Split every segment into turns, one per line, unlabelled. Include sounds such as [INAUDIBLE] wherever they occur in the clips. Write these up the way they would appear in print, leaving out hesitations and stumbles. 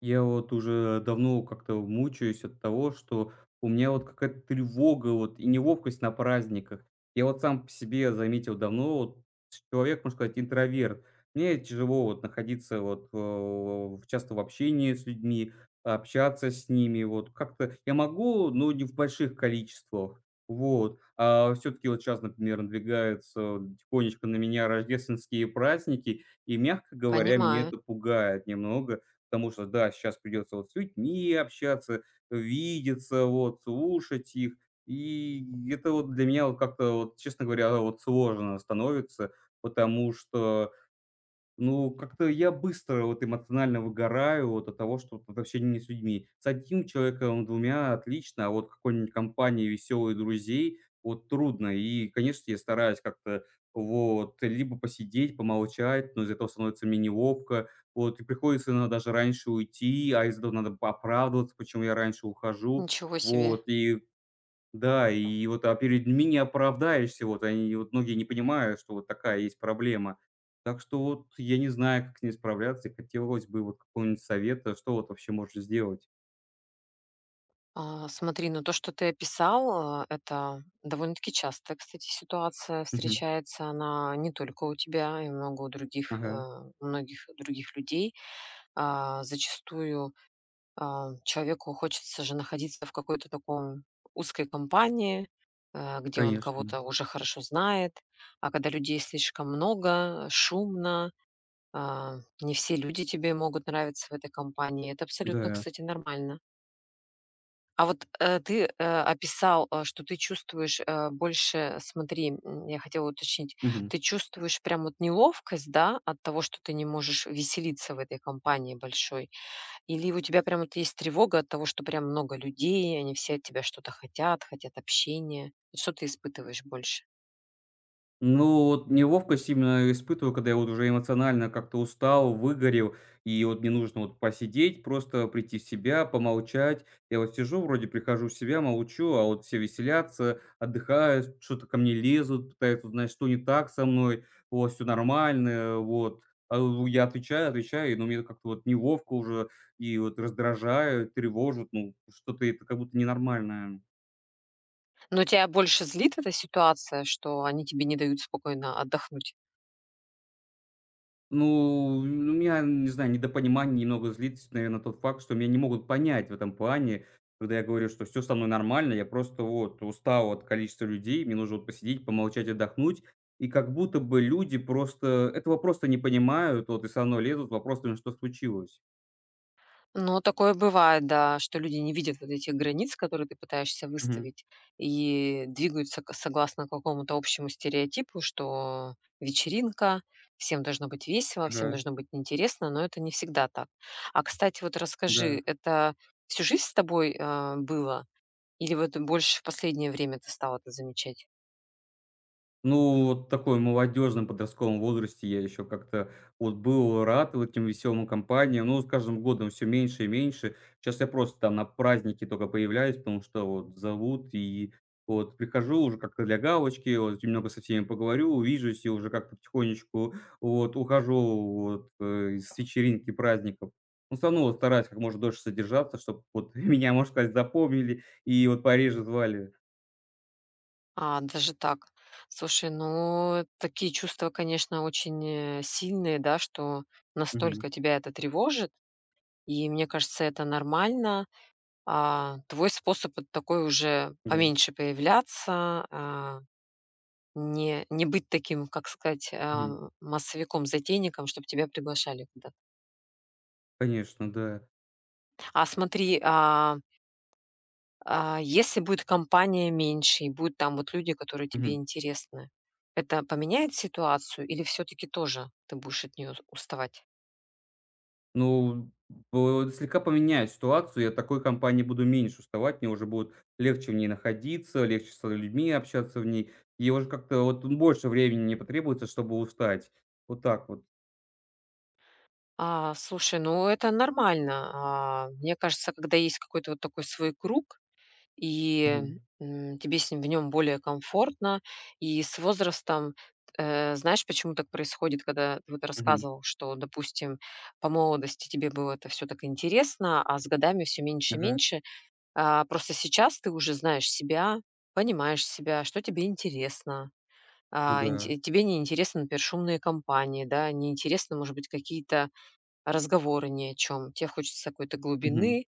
Я вот уже давно как-то мучаюсь от того, что у меня вот какая-то тревога вот и неловкость на праздниках. Я вот сам по себе заметил давно, вот человек, можно сказать, интроверт. Мне тяжело вот находиться вот часто в общении с людьми, общаться с ними. Вот как-то я могу, но не в больших количествах. Вот. А все-таки вот сейчас, например, надвигаются тихонечко на меня рождественские праздники, и, мягко говоря, меня
Понимаю.
это пугает немного. Потому что, да, сейчас придется вот с людьми общаться, видеться, вот, слушать их. И это вот для меня вот как-то вот, честно говоря, вот сложно становится, потому что ну, как-то я быстро вот эмоционально выгораю вот от того, что вот от общения с людьми. С одним человеком, двумя отлично, а вот какой-нибудь компанией веселых друзей вот трудно. И, конечно, я стараюсь как-то вот либо посидеть, помолчать, но из-за этого становится мне неловко. Вот, и приходится иногда даже раньше уйти, а из-за этого надо оправдываться, почему я раньше ухожу.
Ничего себе.
Вот, и да, и вот, а перед ними не оправдаешься, вот они, вот многие не понимают, что вот такая есть проблема. Так что вот я не знаю, как с ней справляться, и хотелось бы вот какого-нибудь совета, что вот вообще можно сделать.
Смотри, ну то, что ты описал, это довольно-таки частая, кстати, ситуация
Мгм.
встречается. Она не только у тебя, и много
Ага,
у многих других людей. Зачастую человеку хочется же находиться в какой-то таком узкой компании, где он
конечно,
кого-то уже хорошо знает. А когда людей слишком много, шумно, не все люди тебе могут нравиться в этой компании. Это абсолютно,
да.
кстати, нормально. Ты описал, что ты чувствуешь, больше. Смотри, я хотела уточнить,
Мгм.
ты чувствуешь прям вот неловкость, да, от того, что ты не можешь веселиться в этой компании большой? Или у тебя прям вот есть тревога от того, что прям много людей, они все от тебя что-то хотят, хотят общения? Вот что ты испытываешь больше?
Ну, вот неловкость именно испытываю, когда я вот уже эмоционально как-то устал, выгорел, и вот мне нужно вот посидеть, просто прийти в себя, помолчать. Я вот сижу, вроде прихожу в себя, молчу, а вот все веселятся, отдыхают, что-то ко мне лезут, пытаются узнать, что не так со мной, вот, все нормально, вот. Я отвечаю, отвечаю, но мне как-то вот неловко уже, и вот раздражают, тревожат, ну, что-то это как будто ненормальное.
Но тебя больше злит эта ситуация, что они тебе не дают спокойно отдохнуть?
Ну, ну, у меня, не знаю, недопонимание немного злит, наверное, тот факт, что меня не могут понять в этом плане, когда я говорю, что все со мной нормально, я просто вот устал от количества людей, мне нужно вот посидеть, помолчать, отдохнуть. И как будто бы люди просто этого просто не понимают, вот и со мной лезут с вопросами, что случилось.
Ну, такое бывает, да, что люди не видят вот этих границ, которые ты пытаешься
Мгм.
выставить, и двигаются согласно какому-то общему стереотипу, что вечеринка, всем должно быть весело, всем
Да,
должно быть интересно, но это не всегда так. Кстати, вот
да.
расскажи, это всю жизнь с тобой было? Или вот больше в последнее время ты стал это замечать?
Ну, вот такой молодежном подростковом возрасте я еще как-то вот был рад вот этим веселым компаниям, но с каждым годом все меньше и меньше. Сейчас я просто там на праздники только появляюсь, потому что вот зовут, и вот прихожу уже как-то для галочки, вот немного со всеми поговорю, увижусь и уже как-то потихонечку вот ухожу вот, с вечеринки праздников. Но все равно вот стараюсь как можно дольше содержаться, чтобы вот [LAUGHS] меня, можно сказать, запомнили и вот пореже звали.
Даже так. Слушай, ну, такие чувства, конечно, очень сильные, да, что
Мгм.
настолько тебя это тревожит. И мне кажется, это нормально. Твой способ вот такой уже
Да.
поменьше появляться, не быть таким, как сказать,
Мгм.
массовиком-затейником, чтобы тебя приглашали куда-то.
Конечно, да.
Смотри, если будет компания меньше и будут там вот люди, которые тебе
Мгм.
интересны, это поменяет ситуацию или все таки тоже ты будешь от нее уставать?
Ну, б слегка поменяет ситуацию. Я такой компании буду меньше уставать, мне уже будет легче в ней находиться, легче с людьми общаться в ней. И уже как-то вот больше времени не потребуется, чтобы устать. Вот так вот.
Слушай, ну это нормально. Мне кажется, когда есть какой-то вот такой свой круг, И,
Мгм.
м, тебе с ним в нем более комфортно. И с возрастом, знаешь, почему так происходит, когда ты вот
Мгм.
рассказывал, что, допустим, по молодости тебе было это все так интересно, а с годами все меньше и
Ага.
меньше. Просто сейчас ты уже знаешь себя, понимаешь себя, что тебе интересно.
Ну
А,
да.
инте Тебе не интересны, например, шумные компании, да, не интересны, может быть, какие-то разговоры ни о чем. Тебе хочется какой-то
Мгм.
глубины,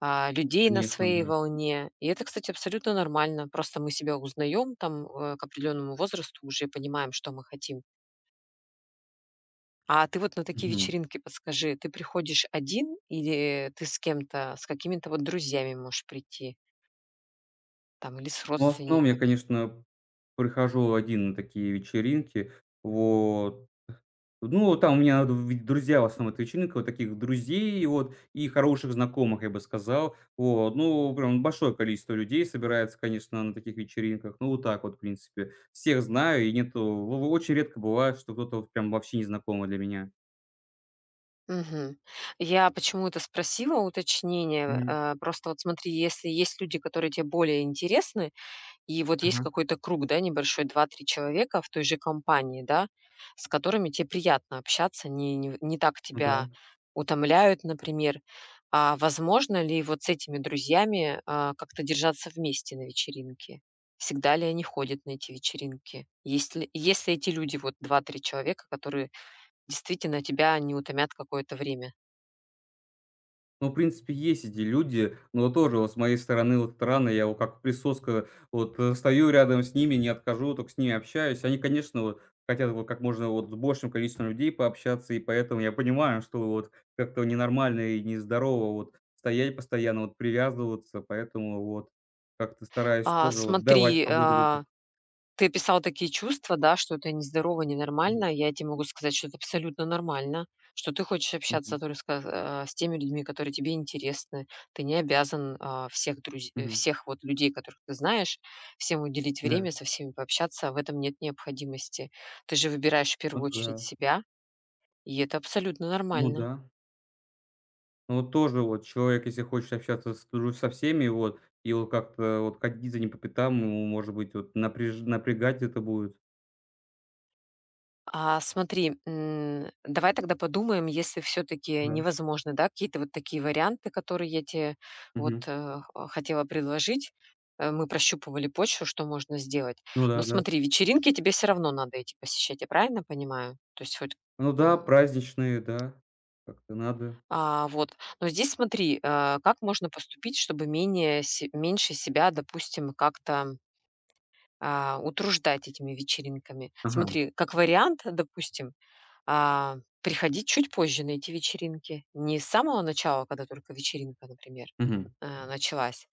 людей на
Конечно,
своей
да.
волне. И это, кстати, абсолютно нормально. Просто мы себя узнаем там к определенному возрасту, уже понимаем, что мы хотим. А ты вот на такие
Мгм.
вечеринки подскажи, ты приходишь один или ты с кем-то, с какими-то вот друзьями можешь прийти, там, или с
Ну, в основном я,
родственниками?
конечно, прихожу один на такие вечеринки. Вот. Ну, там у меня д друзья в основном, эта вечеринка, вот таких друзей вот и хороших знакомых, я бы сказал. Вот, ну, прям большое количество людей собирается, конечно, на таких вечеринках. Ну, вот так вот, в принципе. Всех знаю, и нету очень редко бывает, что кто-то вот прям вообще незнакомый для меня.
Мгм. Я почему это спросила, уточнение.
Мгм.
Просто вот смотри, если есть люди, которые тебе более интересны, и вот есть
Ага.
какой-то круг, да, небольшой, два-три человека в той же компании, да, с которыми тебе приятно общаться, не так
Ну да.
тебя утомляют, например. А возможно ли вот с этими друзьями, как-то держаться вместе на вечеринке? Всегда ли они ходят на эти вечеринки? Если эти люди, вот два-три человека, которые действительно тебя не утомят какое-то время?
Ну, в принципе, есть эти люди, но тоже вот с моей стороны вот рано, я вот как присоска, вот, стою рядом с ними, не отхожу, только с ними общаюсь. Они, конечно, вот хотят вот как можно вот с большим количеством людей пообщаться, и поэтому я понимаю, что вот как-то ненормально и нездорово вот стоять постоянно, вот привязываться, поэтому вот как-то стараюсь тоже вот давать
Смотри,
свободу людям.
ты описал такие чувства, да, что это нездорово,
М,
ненормально. Я тебе могу сказать, что это абсолютно нормально, что ты хочешь
мгм,
общаться только с теми людьми, которые тебе интересны. Ты не обязан
мгм.
всех вот людей, которых ты знаешь, всем уделить
Да,
время, со всеми пообщаться. В этом нет необходимости. Ты же выбираешь в
ну
первую
это
очередь
да.
себя, и это абсолютно
Ну
нормально.
да. Ну, вот тоже вот человек, если хочет общаться с дру со всеми, вот, и вот как-то вот ходить за ним по пятам, ему, может быть, вот напряж напрягать это будет.
Смотри, давай тогда подумаем, если все-таки
Да.
невозможно, да, какие-то вот такие варианты, которые я тебе вот
Мгм.
хотела предложить. Мы прощупывали почву, что можно сделать.
Ну
Но
да, да.
смотри, вечеринки тебе все равно надо идти посещать, я правильно понимаю? То есть хоть
Ну да,
э,
праздничные, да, как-то надо.
вот. Но здесь смотри, как можно поступить, чтобы меньше себя, допустим, как-то утруждать этими вечеринками.
Ага,
Смотри, как вариант, допустим, А, приходить чуть позже на эти вечеринки. Не с самого начала, когда только вечеринка, например,
мгм,
началась,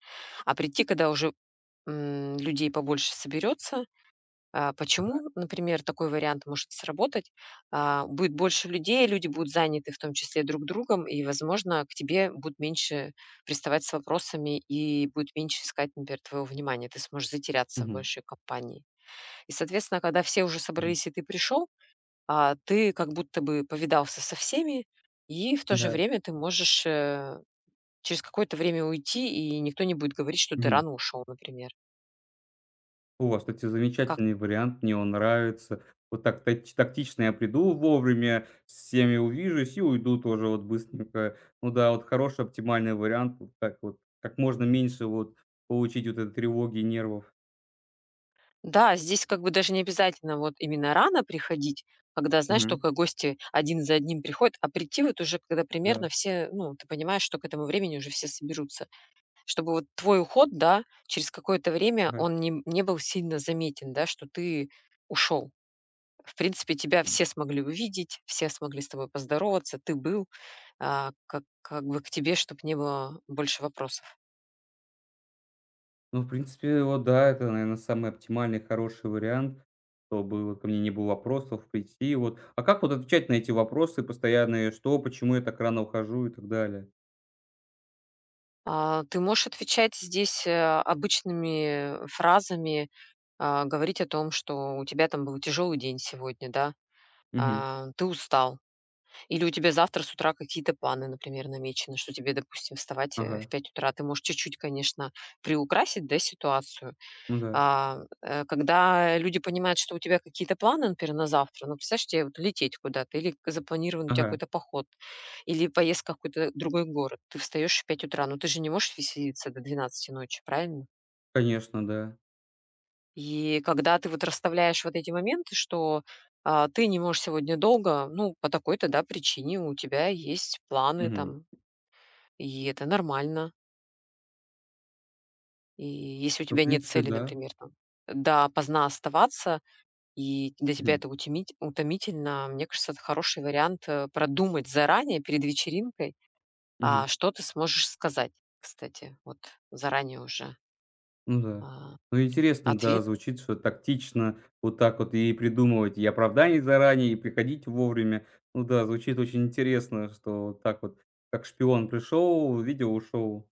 а прийти, когда уже, людей побольше соберется. Почему, например, такой вариант может сработать? Будет больше людей, люди будут заняты, в том числе, друг другом, и, возможно, к тебе будут меньше приставать с вопросами и будут меньше искать, например, твоего внимания. Ты сможешь затеряться в
мгм,
большей компании. И, соответственно, когда все уже
мгм.
собрались и ты пришел, ты как будто бы повидался со всеми, и в то же
Да.
время ты можешь, через какое-то время уйти, и никто не будет говорить, что ты
Мгм.
рано ушел, например.
У вас, кстати,
Как
замечательный вариант, мне он нравится. Вот так тач тактично я приду вовремя, с всеми увижусь и уйду тоже вот быстренько. Ну да, вот хороший оптимальный вариант, вот так вот. Как можно меньше вот получить вот этой тревоги и нервов.
Да, здесь как бы даже не обязательно вот именно рано приходить, когда, знаешь,
Мгм.
только гости один за одним приходят, а прийти вот уже, когда примерно
Да,
все, ну, ты понимаешь, что к этому времени уже все соберутся. Чтобы вот твой уход, да, через какое-то время
ага.
он не был сильно заметен, да, что ты ушел. В принципе, тебя
Мгм.
все смогли увидеть, все смогли с тобой поздороваться, ты был, как бы к тебе, чтобы не было больше вопросов.
Ну, в принципе, вот да, это, наверное, самый оптимальный хороший вариант, чтобы вот ко мне не было вопросов, прийти вот. А как вот отвечать на эти вопросы постоянные: "Что? Почему я так рано ухожу?" И так далее?
Ты можешь отвечать здесь, обычными фразами, говорить о том, что у тебя там был тяжелый день сегодня, да,
Мгм.
ты устал. Или у тебя завтра с утра какие-то планы, например, намечены, что тебе, допустим, вставать,
Ага,
в 5 утра. Ты можешь чуть-чуть, конечно, приукрасить, да, ситуацию.
ну да,
Когда люди понимают, что у тебя какие-то планы, например, на завтра, ну, представляешь, тебе вот лететь куда-то, или запланирован у тебя
ага.
какой-то поход, или поездка в какой-то другой город, ты встаешь в 5 утра, ну, ты же не можешь веселиться до 12 ночи, правильно?
Конечно, да.
И когда ты вот расставляешь вот эти моменты, что ты не можешь сегодня долго, ну, по такой-то, да, причине у тебя есть планы
Мгм.
там, и это нормально. И если у
Ну, в
тебя нет
принципе,
цели,
да.
например, там, до поздна оставаться, и для тебя
Мгм.
это утемить утомительно. Мне кажется, это хороший вариант, продумать заранее перед вечеринкой,
Мгм.
что ты сможешь сказать, кстати. Вот заранее уже,
Ну да.
а,
Ну, интересно,
ответ.
да, звучит, что тактично вот так вот и придумывать и оправдание заранее, и приходить вовремя. Ну да, звучит очень интересно, что вот так вот, как шпион пришел, видео ушел.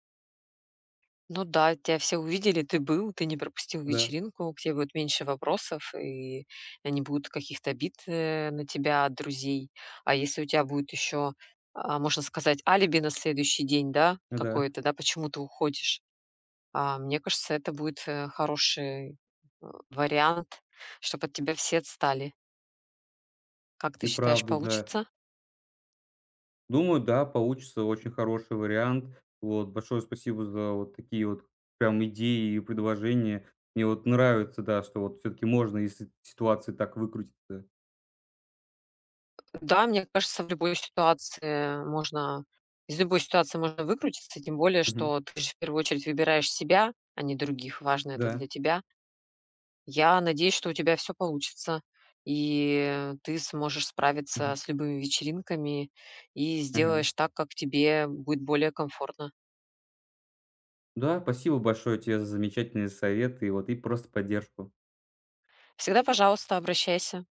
Ну да, тебя все увидели, ты был, ты не пропустил
Да,
вечеринку, к тебе будет меньше вопросов, и не будет каких-то обид, на тебя от друзей. А если у тебя будет еще, можно сказать, алиби на следующий день, да,
да,
какое-то, да, почему ты уходишь. Мне кажется, это будет, хороший, вариант, чтобы от тебя все отстали. Как ты
и
считаешь,
правда, да.
получится?
Думаю, да, получится очень хороший вариант. Вот, большое спасибо за вот такие вот прям идеи и предложения. Мне вот нравится, да, что вот все-таки можно из ситуации так выкрутиться.
Да, мне кажется, в любой ситуации можно из любой ситуации можно выкрутиться, тем более,
Мгм.
что ты же в первую очередь выбираешь себя, а не других. Важно это для
Да.
тебя. Я надеюсь, что у тебя все получится, и ты сможешь справиться
Мгм.
с любыми вечеринками и сделаешь
Ага.
так, как тебе будет более комфортно.
Да, спасибо большое тебе за замечательные советы, и вот, и просто поддержку.
Всегда, пожалуйста, обращайся.